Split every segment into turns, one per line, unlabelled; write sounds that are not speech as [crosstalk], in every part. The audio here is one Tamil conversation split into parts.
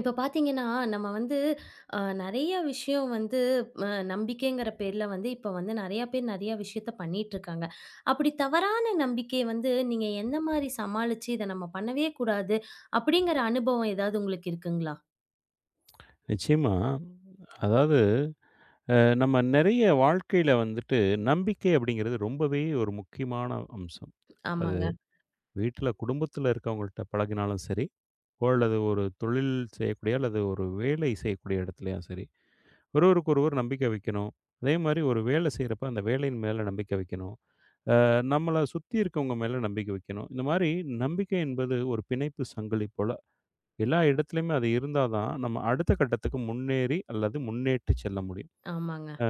இப்ப பார்த்தீங்கன்னா, நம்ம வந்து நெறைய விஷயம் வந்து நம்பிக்கைங்கிற பேர்ல வந்து இப்ப வந்து நெறைய பேர் நெறைய விஷயத்த பண்ணிட்டுருக்காங்க. அப்படி தவறான நம்பிக்கைய வந்து நீங்க எந்த மாரி சமாளிச்சு, இத நம்ம பண்ணவே கூடாது அப்படிங்கிற அனுபவம் ஏதாவது உங்களுக்கு இருக்குங்களா?
நிச்சயமா. அதாவது அ நம்ம நிறைய வாழ்க்கையில வந்துட்டு நம்பிக்கை அப்படிங்கிறது ரொம்பவே ஒரு முக்கியமான அம்சம். அது
ஆமாங்க,
வீட்ல குடும்பத்தில இருக்கவங்கள்ட்ட பழகினாலும் சரி, அல்லது ஒரு தொழில் செய்யக்கூடிய அல்லது ஒரு வேலை செய்யக்கூடிய இடத்துலயும் சரி, ஒருவருக்கு ஒருவர் நம்பிக்கை வைக்கணும். அதே மாரி ஒரு வேலை செய்றப்ப அந்த வேலையின் மேல நம்பிக்கை வைக்கணும். நம்மள சுத்தி இருக்கவங்க மேல நம்பிக்கை வைக்கணும். இந்த மாரி நம்பிக்கை என்பது ஒரு பிணைப்பு சங்கிலி போல. எல்லா இடத்துலயுமே அது இருந்தா தான் நம்ம அடுத்த கட்டத்துக்கு முன்னேறி அல்லது முன்னேற்றி செல்ல முடியும்.
ஆமாங்க,
அ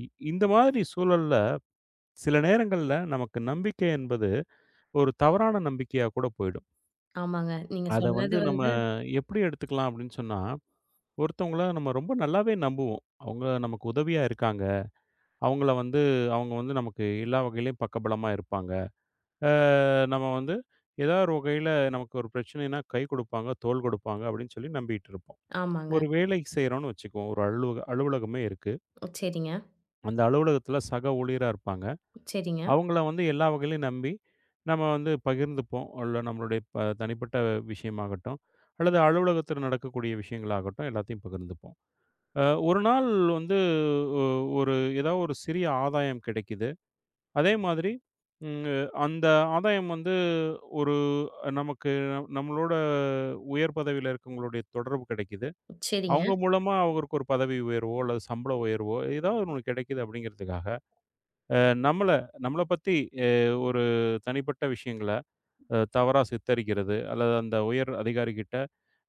இ இந்த மாதிரி சூழல்ல, சில நேரங்கள்ல நமக்கு நம்பிக்கை என்பது ஒரு தவறான நம்பிக்கையா கூட போயிடும்.
ஆமாங்க. நீங்க
அத
சொன்னது
வந்து நம்ம
வந்து
எப்படி எடுத்துக்கலாம் அப்படின்னு சொன்னா, ஒருத்தவங்கள நம்ம ரொம்ப நல்லாவே நம்புவோம். அவங்க நமக்கு உதவியா இருக்காங்க. அவங்கள வந்து அவங்க வந்து நமக்கு எல்லா வகையிலயும் பக்கபலமா இருப்பாங்க. நம்ம வந்து ஏதாவது ஒரு வகையில நமக்கு ஒரு பிரச்சனைன்னா கை குடுப்பாங்க, தோள் குடுப்பாங்க அப்படின்னு சொல்லி நம்பிட்டு இருப்போம்.
ஆமாங்க.
ஒரு வேலை செய்றோம்னு வச்சுக்குவோம். ஒரு அலுவலகமே இருக்கு.
சரிங்க,
அந்த அலுவலகத்துல சக ஊழியரா இருப்பாங்க.
சரிங்க,
அவங்கள வந்து எல்லா வகையிலும் நம்பி, நம்ம வந்து பகிர்ந்துப்போம். உள்ள நம்மளுடைய தனிப்பட்ட விஷயமாகட்டும், அல்லது அலுவலகத்தில நடக்கக்கூடிய விஷயங்களாகட்டும், எல்லாத்தையும் பகிர்ந்துப்போம். ஒரு நாள் வந்து ஒ ஒரு ஏதாவது ஒரு சிறிய ஆதாயம் கிடைக்குது. அதே மாதிரி ம் அந்த ஆதாயம் வந்து ஒரு நமக்கு நம்மளோட உயர் பதவியில இருக்கவங்களுடைய தொடர்பு கிடைக்குது.
சரிங்க.
அவங்க மூலமா அவருக்கு ஒரு பதவி உயர்வோ, அல்லது சம்பள உயர்வோ ஏதாவது ஒண்ணு கிடைக்குது அப்படிங்கிறதுக்காக அ நம்மள நம்மள பத்தி அ ஒரு தனிப்பட்ட விஷயங்கள தவறா சித்தரிக்கிறது, அல்லது அந்த உயர் அதிகாரிகிட்ட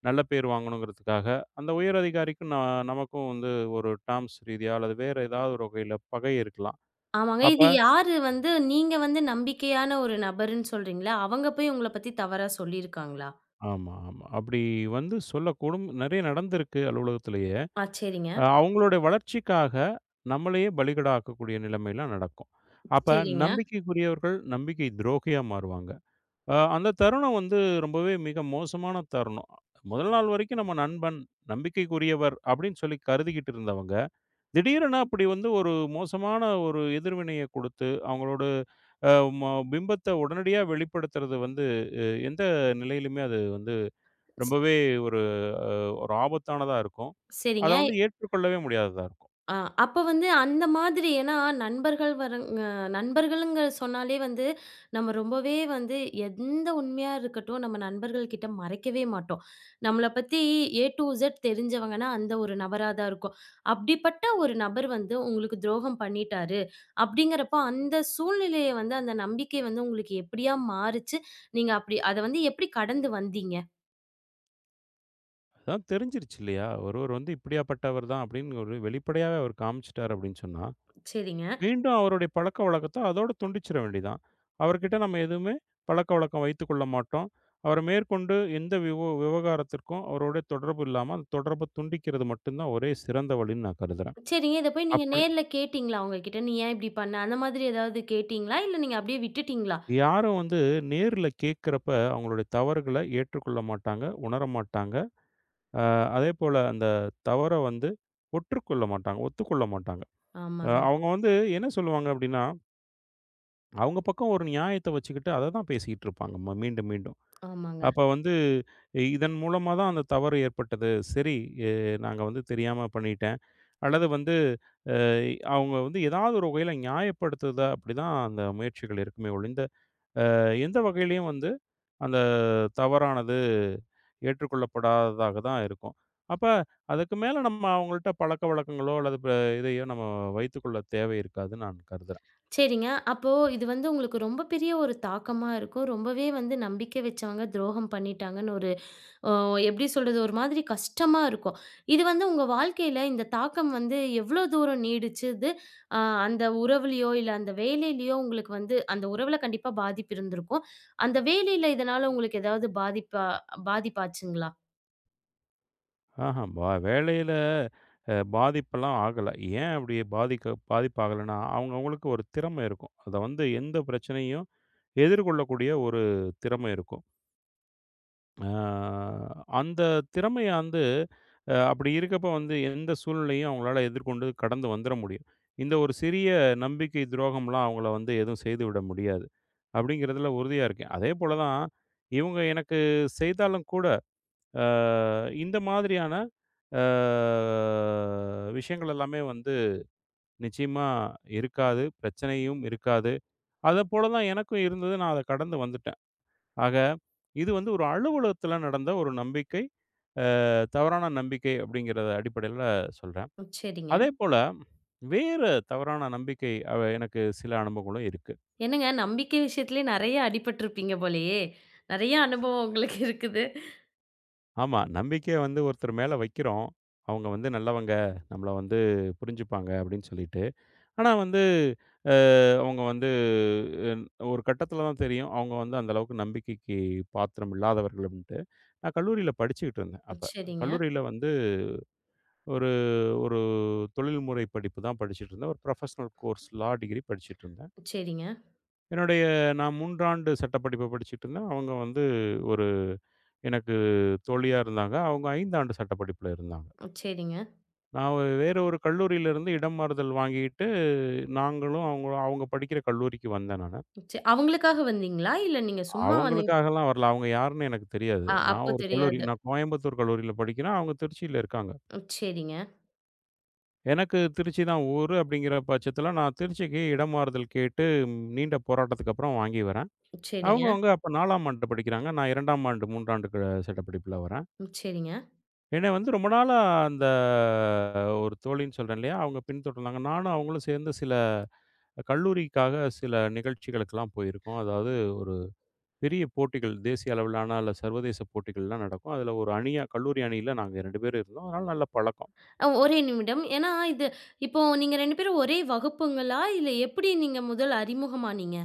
நல்ல பேர் வாங்கணுங்கிறதுக்காக, அந்த உயர் அதிகாரிக்கும் நமக்கும் வந்து ஒரு டெர்ம்ஸ் ரீதியா அல்லது வேற ஏதாவது ஒரு வகையில பகை இருக்கலாம்.
ஆமாங்க.
அப்ப
இது யாரு வந்து நீங்க வந்து நம்பிக்கையான ஒரு நபருன்னு சொல்றீங்கல்ல, அவங்க போய் உங்கள பத்தி தவறா சொல்லியிருக்காங்களா?
ஆமா, ஆமா. அப்படி வந்து சொல்லக்கூடும். நெறைய நடந்திருக்கு அலுவலகத்திலேயே.
ஆ சரிங்க,
அவங்களுடைய வளர்ச்சிக்காக நம்மளையே பலிகடா ஆக்கக்கூடிய நிலைமைலாம் நடக்கும். அப்ப
சரிங்க.
நம்பிக்கைக்குரியவர்கள் நம்பிக்கை துரோகியா மாறுவாங்க. அந்த தருணம் வந்து ரொம்பவே மிக மோசமான தருணம். முதல் நாள் வரைக்கும் நம்ம நண்பன், நம்பிக்கைக்குரியவர் அப்படின்னு சொல்லி கருதிக்கிட்டு இருந்தவங்க, திடீரென அப்படி வந்து ஒரு மோசமான ஒரு எதிர்வினைய குடுத்து, அவங்களோட அ ம பிம்பத்த உடனடியா வெளிப்படுத்துறது வந்து எந்த நிலையிலுமே அது வந்து ரொம்பவே ஒரு அ ஒரு ஆபத்தானதா இருக்கும். அத
சரிங்க.
வந்து ஏற்றுக்கொள்ளவே முடியாததா இருக்கும்.
அ அப்ப வந்து அந்த மாதிரி ஏன்னா நண்பர்கள் வரங்க நண்பர்கள்ங்கிற சொன்னாலே வந்து, நம்ம ரொம்பவே வந்து எந்த உண்மையா இருக்கட்டும், நம்ம நண்பர்கள்கிட்ட மறைக்கவே மாட்டோம். நம்மள பத்தி ஏ டூ இசட் தெரிஞ்சவங்கன்னா, அந்த ஒரு நபரா தான் இருக்கும். அப்படிப்பட்ட ஒரு நபர் வந்து உங்களுக்கு துரோகம் பண்ணிட்டாரு, அப்படிங்கிறப்போ அந்த சூழ்நிலைய வந்து அந்த நம்பிக்கை வந்து உங்களுக்கு எப்படியா மாறுச்சு? நீங்க அப்படி அத வந்து எப்படி கடந்து வந்தீங்க?
அதான் தெரிஞ்சிருச்சு இல்லையா? ஒருவர் வந்து இப்படியாப்பட்டவர் தான் அப்படின்னு ஒரு வெளிப்படையாவே அவர் காமிச்சுட்டார் அப்படின்னு சொன்னா
சரிங்க.
மீண்டும் அவருடைய பழக்கவழக்கத்த அதோட துண்டிச்சிற வேண்டியதான். அவர்கிட்ட நம்ம எதுவுமே பழக்கவழக்கம் வைத்துக்கொள்ள மாட்டோம். அவர மேற்கொண்டு எந்த விவகாரத்திற்கும் அவரோட தொடர்பு இல்லாம, அந்த தொடர்ப துண்டிக்கிறது மட்டும் தான் ஒரே சிறந்த வழின்னு நான் கருதுறேன்.
சரிங்க. இத போய் நீங்க
அப்படி
நேர்ல கேட்டீங்களா அவங்ககிட்ட? "நீ ஏன் இப்படி பண்ண?" அந்த மாதிரி ஏதாவது கேட்டீங்களா? இல்ல நீங்க அப்படியே விட்டுட்டீங்களா?
யாரும் வந்து நேர்ல கேட்கிறப்ப அவங்களுடைய தவறுகள ஏற்றுக்கொள்ள மாட்டாங்க, உணர மாட்டாங்க. அ அதேபோல அந்த தவற வந்து ஒத்துக்கொள்ள மாட்டாங்க.
ஆமாங்க,
அவங்க வந்து என்ன சொல்லுவாங்க அப்படின்னா, அவங்க பக்கம் ஒரு நியாயத்த வச்சுக்கிட்டு அத தான் பேசிக்கிட்டு இருப்பாங்க, மீண்டும் மீண்டும்.
ஆமாங்க.
அப்ப வந்து இதன் மூலமா தான் அந்த தவறு ஏற்பட்டது. சரி, எ நாங்க வந்து தெரியாம பண்ணிட்டேன். அல்லது வந்து அவங்க வந்து ஏதாவது ஒரு வகையில நியாயப்படுத்துதா அப்படிதான் அந்த முயற்சிகள் இருக்குமே ஒழிந்த, எந்த வகையிலயும் வந்து அந்த தவறானது ஏற்றுக்கொள்ளப்படாததாக தான் இருக்கும். அப்ப அதுக்கு மேல நம்ம அவங்கள்ட்ட பழக்கவழக்கங்களோ அல்லது இதையோ நம்ம வைத்துக்கொள்ள தேவை இருக்காதுன்னு நான் கருதுறேன்.
சரிங்க. அப்போ இது வந்து உங்களுக்கு ரொம்ப பெரிய ஒரு தாக்கமா இருக்கும். ரொம்பவே வந்து நம்பிக்கை வச்சவங்க துரோகம் பண்ணிட்டாங்கன்னு ஒரு அ எப்படி சொல்றது? ஒரு மாதிரி கஷ்டமா இருக்கும். இது வந்து உங்க வாழ்க்கையில இந்த தாக்கம் வந்து எவ்ளோ தூரம் நீடிச்சது? அ அந்த உறவுலயோ, இல்ல அந்த வேலையிலயோ உங்களுக்கு வந்து அந்த உறவுல கண்டிப்பா பாதிப்பு இருந்திருக்கும். அந்த வேலையில இதனால உங்களுக்கு ஏதாவது பாதிப்பா பாதிப்பாச்சுங்களா?
ஆஹா! வேலையில பாதிப்பெல்லாம் ஆகல. ஏன் அப்படி பாதிப்பாகலன்னா, அவங்க அவங்களுக்கு ஒரு திறமை இருக்கும். அத வந்து எந்த பிரச்சனையும் எதிர்கொள்ளக்கூடிய ஒரு திறமை இருக்கும். ஆ அந்த திறமைய வந்து அப்படி இருக்கப்ப வந்து எந்த சூழ்நிலையும் அவங்களால எதிர்கொண்டு கடந்து வந்துர முடியும். இந்த ஒரு சிறிய நம்பிக்கை துரோகம்லாம் அவங்கள வந்து எதுவும் செய்து விட முடியாது. அப்படிங்கிறதுல உறுதியா இருக்கேன். அதேபோல தான் இவங்க எனக்கு செய்தாலும் கூட அ இந்த மாதிரியான அ விஷயங்கள் எல்லாமே வந்து நிச்சயமா இருக்காது. பிரச்சனையும் இருக்காது. அதப்போல தான் எனக்கும் இருந்தது. நான் அத கடந்து வந்துட்டேன். ஆக இது வந்து ஒரு அலுவலகத்தில நடந்த ஒரு நம்பிக்கை. தவறான நம்பிக்கை அப்படிங்கிறத அடிப்படையில சொல்றேன்.
ம். சரிங்க.
அதேபோல வேற தவறான நம்பிக்கை அவ எனக்கு சில அனுபவங்களும் இருக்கு.
என்னங்க நம்பிக்கை விஷயத்திலேயே நெறைய அடிபட்டுருப்பீங்க போலயே! நெறைய அனுபவம் உங்களுக்கு இருக்குது.
ஆமா, நம்பிக்கைய வந்து ஒருத்தர் மேல வைக்கிறோம். அவங்க வந்து நல்லவங்க. நம்மள வந்து புரிஞ்சுப்பாங்க அப்படின்னு சொல்லிட்டு. ஆனா வந்து, அ அவங்க வந்து அன் ஒரு கட்டத்தில தான் தெரியும். அவங்க வந்து அந்த அளவுக்கு நம்பிக்கைக்கு பாத்திரம் இல்லாதவர்கள் அப்படின்ட்டு. நான் கல்லூரியில படிச்சுக்கிட்டு இருந்தேன் அப்ப.
சரிங்க,
கல்லூரியில வந்து ஒரு ஒரு தொழில்முறை படிப்பு தான் படிச்சுட்டு இருந்தேன். ஒரு ப்ரொஃபஷனல் கோர்ஸ் லா டிகிரி படிச்சுட்டு இருந்தேன்.
சரிங்க,
என்னுடைய நான் 3 ஆண்டு சட்டப்படிப்ப படிச்சுட்டு இருந்தேன். அவங்க வந்து ஒரு எனக்கு தோழியா இருந்தாங்க. அவங்க 5 ஆண்டு சட்டப்படிப்புல இருந்தாங்க.
சரிங்க.
நான் ஒரு கல்லூரியிலிருந்து இடம் மாறுதல் வாங்கிட்டு, நாங்களும் அவங்களும் அவங்க படிக்கிற கல்லூரிக்கு வந்தேன் நானு.
சே அவங்களுக்காக வந்தீங்களா? இல்ல நீங்க சும்மா வந்தீங்க?
அவங்களுக்காகலாம் வரல. அவங்க யாருன்னு எனக்கு தெரியாது.
அப்போ தெரியாது.
நான் கோயம்புத்தூர் கல்லூரியில படிக்கிறேன். அவங்க திருச்சியில இருக்காங்க.
சரிங்க,
எனக்கு திருச்சி தான் ஊரு அப்படிங்கிற பட்சத்தில நான் திருச்சிக்கு இடம் மாறுதல் கேட்டு நீண்ட போராட்டத்துக்கு அப்புறம் வாங்கி வரேன்.
சரிங்க,
அவங்க அவங்க அப்ப 4ஆம் ஆண்டு படிக்கிறாங்க. நான் 2ஆம் ஆண்டு 3 ஆண்டு சட்டப்படிப்புல வரேன்.
சரிங்க.
என்னை வந்து ரொம்ப நாளா அந்த ஒரு தோழின்னு சொல்றேன் இல்லையா? அவங்க பின்தொடர்ந்தாங்க. நானும் அவங்களும் சேர்ந்து சில கல்லூரிக்காக சில நிகழ்ச்சிகளுக்கெல்லாம் போயிருக்கோம். அதாவது ஒரு பெரிய போட்டிகள், தேசிய அளவிலான அல்ல சர்வதேச போட்டிகள்லாம் நடக்கும். அதுல ஒரு அணியா கல்லூரி அணியில நாங்க 2 பேரும் இருந்தோம். அதனால நல்ல பழக்கம்.
ஒரே நிமிடம். ஏன்னா இது இப்போ நீங்க 2 பேரும் ஒரே வகுப்புங்களா? இல்ல எப்படி நீங்க முதல் அறிமுகமானீங்க?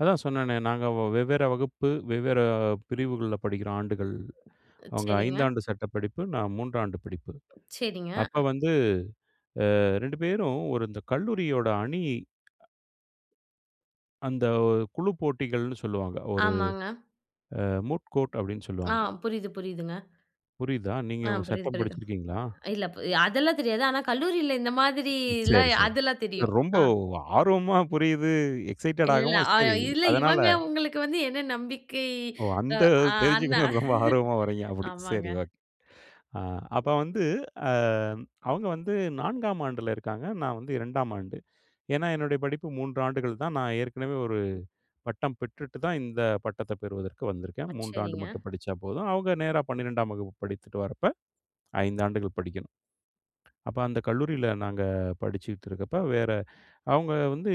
அதான் சொன்னேனே, நாங்க வெவ்வேறு வகுப்பு, வெவ்வேறு பிரிவுகள்ல படிக்கிற ஆண்டுகள். அவங்க
சரிங்க,
5 ஆண்டு சட்ட படிப்பு, நான் 3 ஆண்டு படிப்பு.
சரிங்க.
அப்ப வந்து 2 பேரும் ஒரு இந்த கல்லூரியோட அணி அந்த ஒரு குழு போட்டிகள்னு சொல்லுவாங்க. ஒரு
ஆமாங்க.
"மூட் கோர்ட்" அப்படின்னு
ஆ
சொல்லுவாங்க.
புரியுது, புரியுதுங்க.
புரியுதா? நீங்க
ஆ
உங்க
புரியுது,
சட்டம்
புரியுது.
படிச்சிருக்கீங்களா?
இல்ல அதெல்லாம் தெரியாது. ஆனா கல்லூரியில இந்த
சரி,
மாதிரிலாம்
சரி.
அதெல்லாம் தெரியும்.
ரொம்ப
ஆ.
ஆர்வமா புரியுது.
இல்ல, இல்ல.
எக்ஸைட்டடாகவும் சரி.
இல்ல
அதனால
இவங்க உங்களுக்கு வந்து என்ன நம்பிக்கை
ஓ!
அ
அந்த
அ அந்த
தெரிஞ்சுக்கணும்னு ரொம்ப ஆர்வமா வர்றீங்க அப்படி. சரி
ஆமாங்க.
ஓகே. ஆ அப்ப வந்து அ அவங்க வந்து 4ஆம் ஆண்டுல இருக்காங்க. நான் வந்து 2ஆம் ஆண்டு. ஏன்னா என்னுடைய படிப்பு 3 ஆண்டுகள் தான். நான் ஏற்கனவே ஒரு பட்டம் பெற்றுட்டு தான் இந்த பட்டத்த பெறுவதற்கு வந்திருக்கேன். 3 ஆண்டு
சரிங்க,
மட்டும் படிச்சா போதும். அவங்க நேரா 12ஆம் வகுப்பு படித்துட்டு வரப்ப 5 ஆண்டுகள் படிக்கணும். அப்ப அந்த கல்லூரியில நாங்க படிச்சுக்கிட்டு இருக்கப்ப வேற அவங்க வந்து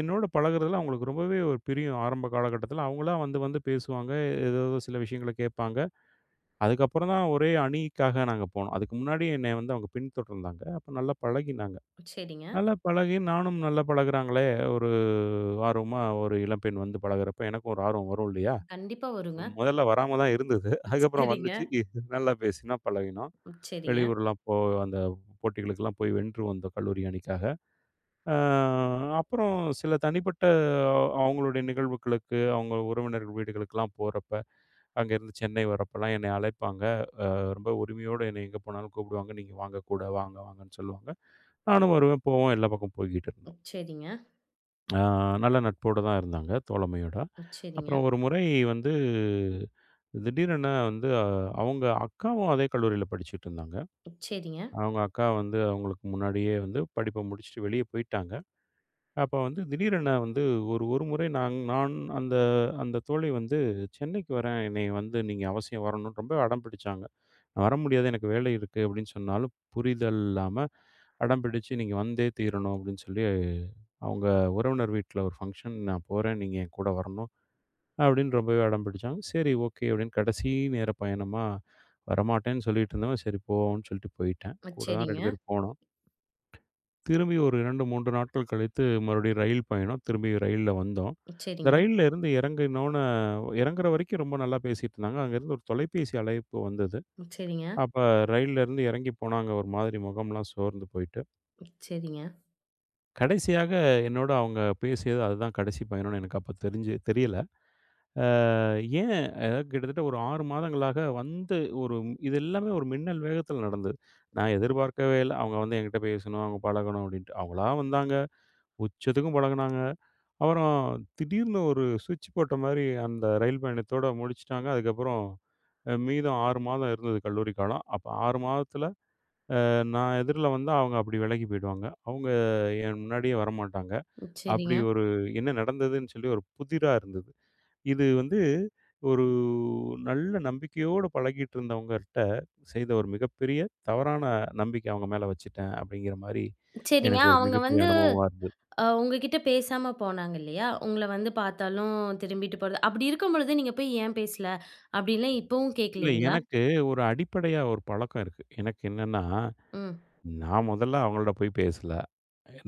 என்னோட பழகுறதுல அவங்களுக்கு ரொம்பவே ஒரு பிரியம். ஆரம்ப காலகட்டத்தில அவங்களா வந்து வந்து பேசுவாங்க. ஏதேதோ சில விஷயங்கள கேட்பாங்க. அதுக்கப்புறம் தான் ஒரே அணிக்காக நாங்க போனோம். அதுக்கு முன்னாடி என்னைய வந்து அவங்க பின்தொடர்ந்தாங்க. அப்ப நல்லா பழகினாங்க.
சரிங்க.
நல்லா பழகி நானும் நல்லா பழகுறாங்களே! ஒரு ஆர்வமா ஒரு இளம்பெண் வந்து பழகுறப்ப எனக்கும் ஒரு ஆர்வம் வரும் இல்லயா!
கண்டிப்பா வருங்க.
முதல்ல வராம தான் இருந்தது. அதுக்கப்புறம்
சரிங்க,
வந்துச்சு. நல்லா பேசினோம், பழகினோம்.
சரிங்க,
வெளியூர்லாம் அந்த போட்டிகளுக்கெல்லாம் போய் வென்று வந்தோம் கல்லூரி அணிக்காக. அ அப்புறம் சில தனிப்பட்ட அவங்களுடைய நிகழ்வுகளுக்கு, அவங்க உறவினர்கள் வீடுகளுக்கெல்லாம் போறப்ப, அங்கேருந்து சென்னை வரப்பலாம் என்னைய அழைப்பாங்க. ரொம்ப உரிமையோட என்னை எங்கே போனாலும் கூப்பிடுவாங்க. "நீங்க வாங்க கூட, வாங்க வாங்கன்னு" சொல்லுவாங்க. நானும் வருவேன், போவேன். எல்லா பக்கம் போய்க்கிட்டு இருந்தோம்.
சரிங்க,
ஆ நல்ல நட்போட தான் இருந்தாங்க, தோழமையோட.
சரிங்க,
அப்புறம் ஒரு முறை வந்து திடீரென வந்து அவங்க அக்காவும் அதே கல்லூரியில படிச்சுட்டு இருந்தாங்க.
சரிங்க,
அவங்க அக்கா வந்து அவங்களுக்கு முன்னாடியே வந்து படிப்ப முடிச்சுட்டு வெளிய போயிட்டாங்க. அப்ப வந்து திடீரென வந்து ஒரு ஒரு முறை நான் நான் அந்த அந்த தோழி வந்து "சென்னைக்கு வரேன். என்னைய வந்து நீங்க அவசியம் வரணும்" ரொம்ப அடம் பிடிச்சாங்க. நான் வர முடியாது எனக்கு வேலை இருக்கு அப்படின்னு சொன்னாலும் புரிதல் இல்லாம அடம் பிடிச்சு நீங்க வந்தே தீரணும் அப்படின்னு சொல்லி அவங்க உறவினர் வீட்டில் ஒரு ஃபங்க்ஷன் நான் போறேன் நீங்க என் கூட வரணும் அப்படின்னு ரொம்பவே அடம் பிடிச்சாங்க சரி ஓகே அப்படின்னு கடைசி நேர பயணமா வரமாட்டேன்னு சொல்லிட்டு இருந்தவன் சரி போவோம்னு சொல்லிட்டு போயிட்டேன் கூட தான்
சரிங்க,
2 பேரும் போனோம். திரும்பி ஒரு 2, 3 நாட்கள் கழித்து மறுபடியும் ரயில் பயணம் திரும்பி ரயில்ல வந்தோம்.
சரிங்க,
இந்த
சரிங்க,
ரயில்ல இருந்து இறங்கினோன்ன இறங்குற வரைக்கும் ரொம்ப நல்லா பேசிட்டு இருந்தாங்க. அங்கேருந்து ஒரு தொலைபேசி அழைப்பு வந்தது. அப்ப ரயில்லருந்து இறங்கி போனாங்க ஒரு மாதிரி முகம்லாம் சோர்ந்து போயிட்டு.
சரிங்க,
கடைசியாக என்னோட அவங்க பேசியது அதுதான் கடைசி பயணம்னு எனக்கு அப்ப தெரியல. அ ஏன் அதாவது கிட்டத்தட்ட ஒரு 6 மாதங்களாக வந்து ஒரு இது எல்லாமே ஒரு மின்னல் வேகத்தில நடந்தது. நான் எதிர்பார்க்கவே இல்ல. அவங்க வந்து என்கிட்ட பேசணும், அவங்க பழகணும் அப்டின்ட்டு. அவங்களா வந்தாங்க, உச்சத்துக்கும் பழகுனாங்க. அப்புறம் திடீர்னு ஒரு சுவிட்ச் போட்ட மாரி அந்த ரயில் பயணத்தோட முடிச்சுட்டாங்க. அதுக்கப்புறம் மீதம் 6 மாதம் இருந்தது கல்லூரி காலம். அப்ப 6 மாதத்தில நான் எதிர்ல வந்தா அவங்க அப்படி விலகி போயிடுவாங்க. அவங்க என் முன்னாடியே வரமாட்டாங்க. அப்படி
சரிங்க,
ஒரு என்ன நடந்ததுன்னு சொல்லி ஒரு புதிரா இருந்தது. இது வந்து ஒரு நல்ல நம்பிக்கையோடு பழகிட்டு இருந்தவங்ககிட்ட செய்த ஒரு மிகப்பெரிய தவறான நம்பிக்கை அவங்க மேல வச்சுட்டேன் அப்படிங்கிற மாரி
சரிங்க.
எனக்கு ஒரு
அவங்க
மிகப்பெரிய
வந்து
அனுபவமா இருந்தது.
உங்ககிட்ட பேசாம போனாங்க இல்லையா? உங்கள வந்து பார்த்தாலும் திரும்பிட்டு போறது. அப்படி இருக்கும் பொழுது நீங்க போய் ஏன் பேசல? அப்படின்லாம் இப்பவும்
இல்ல
கேட்கலைங்களா?
எனக்கு ஒரு அடிப்படையா ஒரு பழக்கம் இருக்கு. எனக்கு என்னன்னா,
ம்.
நான் முதல்ல அவங்கள்ட்ட போய் பேசல.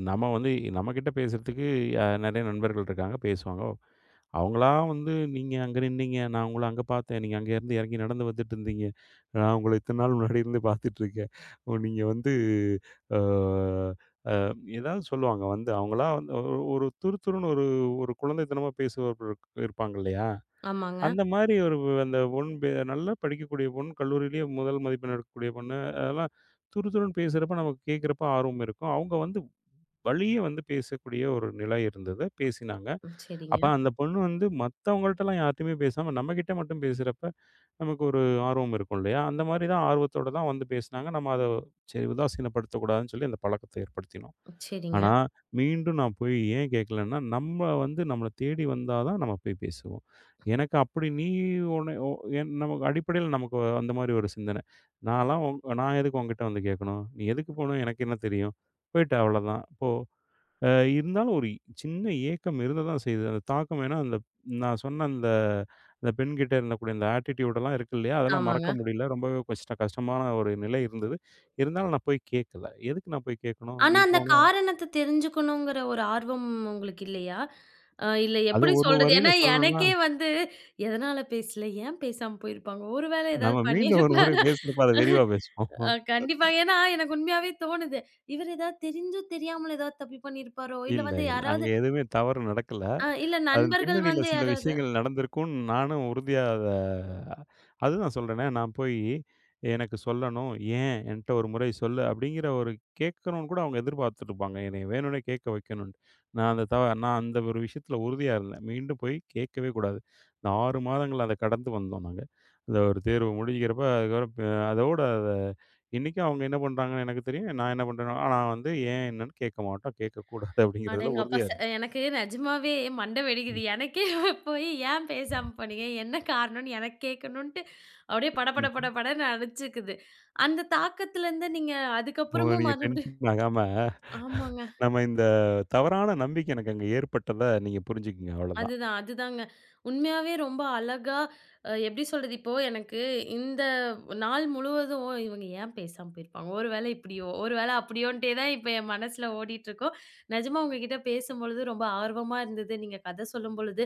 நம்ம வந்து நம்மகிட்ட பேசுறதுக்கு நெறைய நண்பர்கள் இருக்காங்க, பேசுவாங்க. அவங்களா வந்து நீங்க அங்க நின்னீங்க, நான் உங்கள அங்க பார்த்தேன். நீங்க அங்க இருந்து இறங்கி நடந்து வந்துட்டு இருந்தீங்க. நான் உங்கள இத்தன நாள் முன்னாடி இருந்து பார்த்துட்டு இருக்கேன். ஓ நீங்க வந்து அ ஏதாவது சொல்லுவாங்க வந்து அவங்களா வந்து ஒரு ஒரு துருதுருன்னு ஒரு ஒரு குழந்தைத்தனமா பேசுபவர்கள் இருப்பாங்க இல்லையா?
ஆமாங்க.
அந்த மாரி ஒரு அந்த பொண் பே நல்லா படிக்கக்கூடிய பொண், கல்லூரியிலேயே முதல் மதிப்பெண் எடுக்கக்கூடிய பொண்ணு, அதெல்லாம் துருதுருன்னு பேசுறப்ப நமக்கு கேட்கிறப்ப ஆர்வம் இருக்கும். அவங்க வந்து வழிய வந்து பேசக்கூடிய ஒரு நிலை இருந்தது. பேசினாங்க.
ம். சரிங்க.
அப்ப அந்த பொண்ணு வந்து மத்தவங்கள்ட்டலாம் யார்ட்டயுமே பேசாம, நம்மகிட்ட மட்டும் பேசுறப்ப, நமக்கு ஒரு ஆர்வம் இருக்கும் இல்லையா? அந்த மாரி தான் ஆர்வத்தோட தான் வந்து பேசினாங்க. நம்ம அத சரி உதாசீனப்படுத்தக்கூடாதுன்னு சொல்லி அந்த பழக்கத்த ஏற்படுத்தினோம்.
சரிங்க.
ஆனா, மீண்டும் நான் போய் ஏன் கேட்கலன்னா, நம்ம வந்து நம்மள தேடி வந்தா தான் நம்ம போய் பேசுவோம். எனக்கு அப்படி நீ உன்ன ஒ என் நமக்கு அடிப்படையில நமக்கு அந்த மாரி ஒரு சிந்தனை. நான் எதுக்கு உன்கிட்ட வந்து கேட்கணும்? நீ எதுக்கு போணும்? எனக்கு என்ன தெரியும்? போயிட்டு அவ்வளதான். போ. அ இருந்தாலும் ஒரு சின்ன ஏக்கம் இருந்த தான் செய்யுது. அந்த தாக்கம் ஏன்னா, அந்த நான் சொன்ன அந்த அந்த பெண்கிட்ட இருந்தக்கூடிய அந்த ஆட்டிட்யூடெல்லாம் இருக்கு இல்லையா? அதெல்லாம்
ஆமாங்க.
மறக்க முடியல. ரொம்பவே கஷ்டமான ஒரு நிலை இருந்தது. இருந்தாலும் நான் போய் கேட்கல. எதுக்கு நான் போய் கேட்கணும்? நீ
ஆனா அந்த
போனா
காரணத்த தெரிஞ்சுக்கணுங்கிற ஒரு ஆர்வம் உங்களுக்கு இல்லையா? இல்ல
அது
எப்படி
ஒரு
சொல்றது?
வரியில
ஏன்னா
சொல்லணும்னா,
எனக்கே வந்து எதனால பேசல? ஏன் பேசாம போயிருப்பாங்க? ஒரு வேளை
நம்ம
ஏதாவது
மீண்டும் ஒரு முறை
பண்ணியிருப்பாரா?
பேசுறப்ப அத விரிவா பேசுவோம். [laughs]
கண்டிப்பாங்க. ஏன்னா எனக்கு உண்மையாவே தோணுது. இவர் ஏதாவது தெரிஞ்சோ தெரியாமலோ ஏதாவது தப்பு பண்ணியிருப்பாரோ? இல்ல
இல்ல,
வந்து
இல்ல. அங்க
யாராவது
எதுவுமே தவறு நடக்கல.
இல்ல
அதன்
நண்பர்கள்
பின்னணியில
வந்து
சில
யாராவது
விஷயங்கள் நடந்திருக்கும்னு நானும் உறுதியா அதுதான் சொல்றேனே, நான் போய் எனக்கு சொல்லணும். ஏன் என்ட்ட ஒரு முறை சொல்லு அப்படிங்கிற ஒரு கேட்கணும்னு கூட அவங்க எதிர்பார்த்துருப்பாங்க. என்னைய வேணும்னே கேட்க வைக்கணும்ன்ட்டு. நான் அந்த ஒரு விஷயத்தில உறுதியா இருந்தேன். மீண்டும் போய் கேட்கவே கூடாது. இந்த 6 மாதங்கள் அத கடந்து வந்தோம் நாங்க. அந்த ஒரு தேர்வு முடிக்கிறப்ப அதுக்கப்புறம் ப அதோட அத இன்னைக்கும் அவங்க என்ன பண்றாங்கன்னு எனக்கு தெரியும். நான் என்ன பண்றேனோ ஆனா வந்து ஏன் என்னன்னு கேட்க மாட்டோம். கேட்கக்கூடாது அப்படிங்கிறதுல
அடேங்கப்பா!
உறுதியா இருக்கு.
எனக்கு நெஜமாவே மண்டை வெடிக்குது. எனக்கே [laughs] போய் ஏன் பேசாம போனீங்க? என்ன காரணம்னு எனக்கு கேட்கணுன்ட்டு அப்படியே படபட
ம்.
படபடன்னு அடிச்சுக்குது. அந்த தாக்கத்துலருந்து நீங்க
ஓ!
அதுக்கப்புறமும்
நீங்க
மறுபடியும்
டென்ஷன் ஆகாம,
ஆமாங்க.
நம்ம இந்த தவறான நம்பிக்கை எனக்கு அங்க ஏற்பட்டத நீங்க புரிஞ்சுக்கங்க அவ்வளதான்.
அதுதான், அதுதாங்க. உண்மையாவே ரொம்ப அழகா எப்படி சொல்றது? இப்போ எனக்கு இந்த நாள் முழுவதும் இவங்க ஏன் பேசாம போயிருப்பாங்க? ஒரு வேளை இப்படியோ, ஒரு வேளை அப்படியோன்ட்டே தான் இப்ப என் மனசுல ஓடிட்டுருக்கும். நிஜமா உங்ககிட்ட பேசும்பொழுது ரொம்ப ஆர்வமா இருந்தது. நீங்க கதை சொல்லும்பொழுது,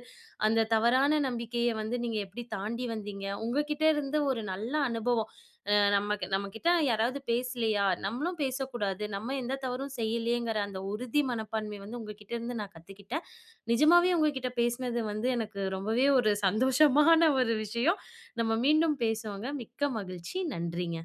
அந்த தவறான நம்பிக்கைய வந்து நீங்க எப்படி தாண்டி வந்தீங்க? உங்ககிட்ட இருந்து ஒரு நல்ல அனுபவம். நமக்கு நம்மகிட்ட யாராவது பேசலையா? நம்மளும் பேசக்கூடாது. நம்ம எந்த தவறும் செய்யலையேங்கிற அந்த உறுதி மனப்பான்மை வந்து உங்ககிட்ட இருந்து நான் கத்துக்கிட்டேன். நிஜமாவே உங்ககிட்ட பேசினது வந்து எனக்கு ரொம்பவே ஒரு சந்தோஷமான ஒரு விஷயம். நம்ம மீண்டும் பேசுவோங்க. மிக்க மகிழ்ச்சி. நன்றிங்க.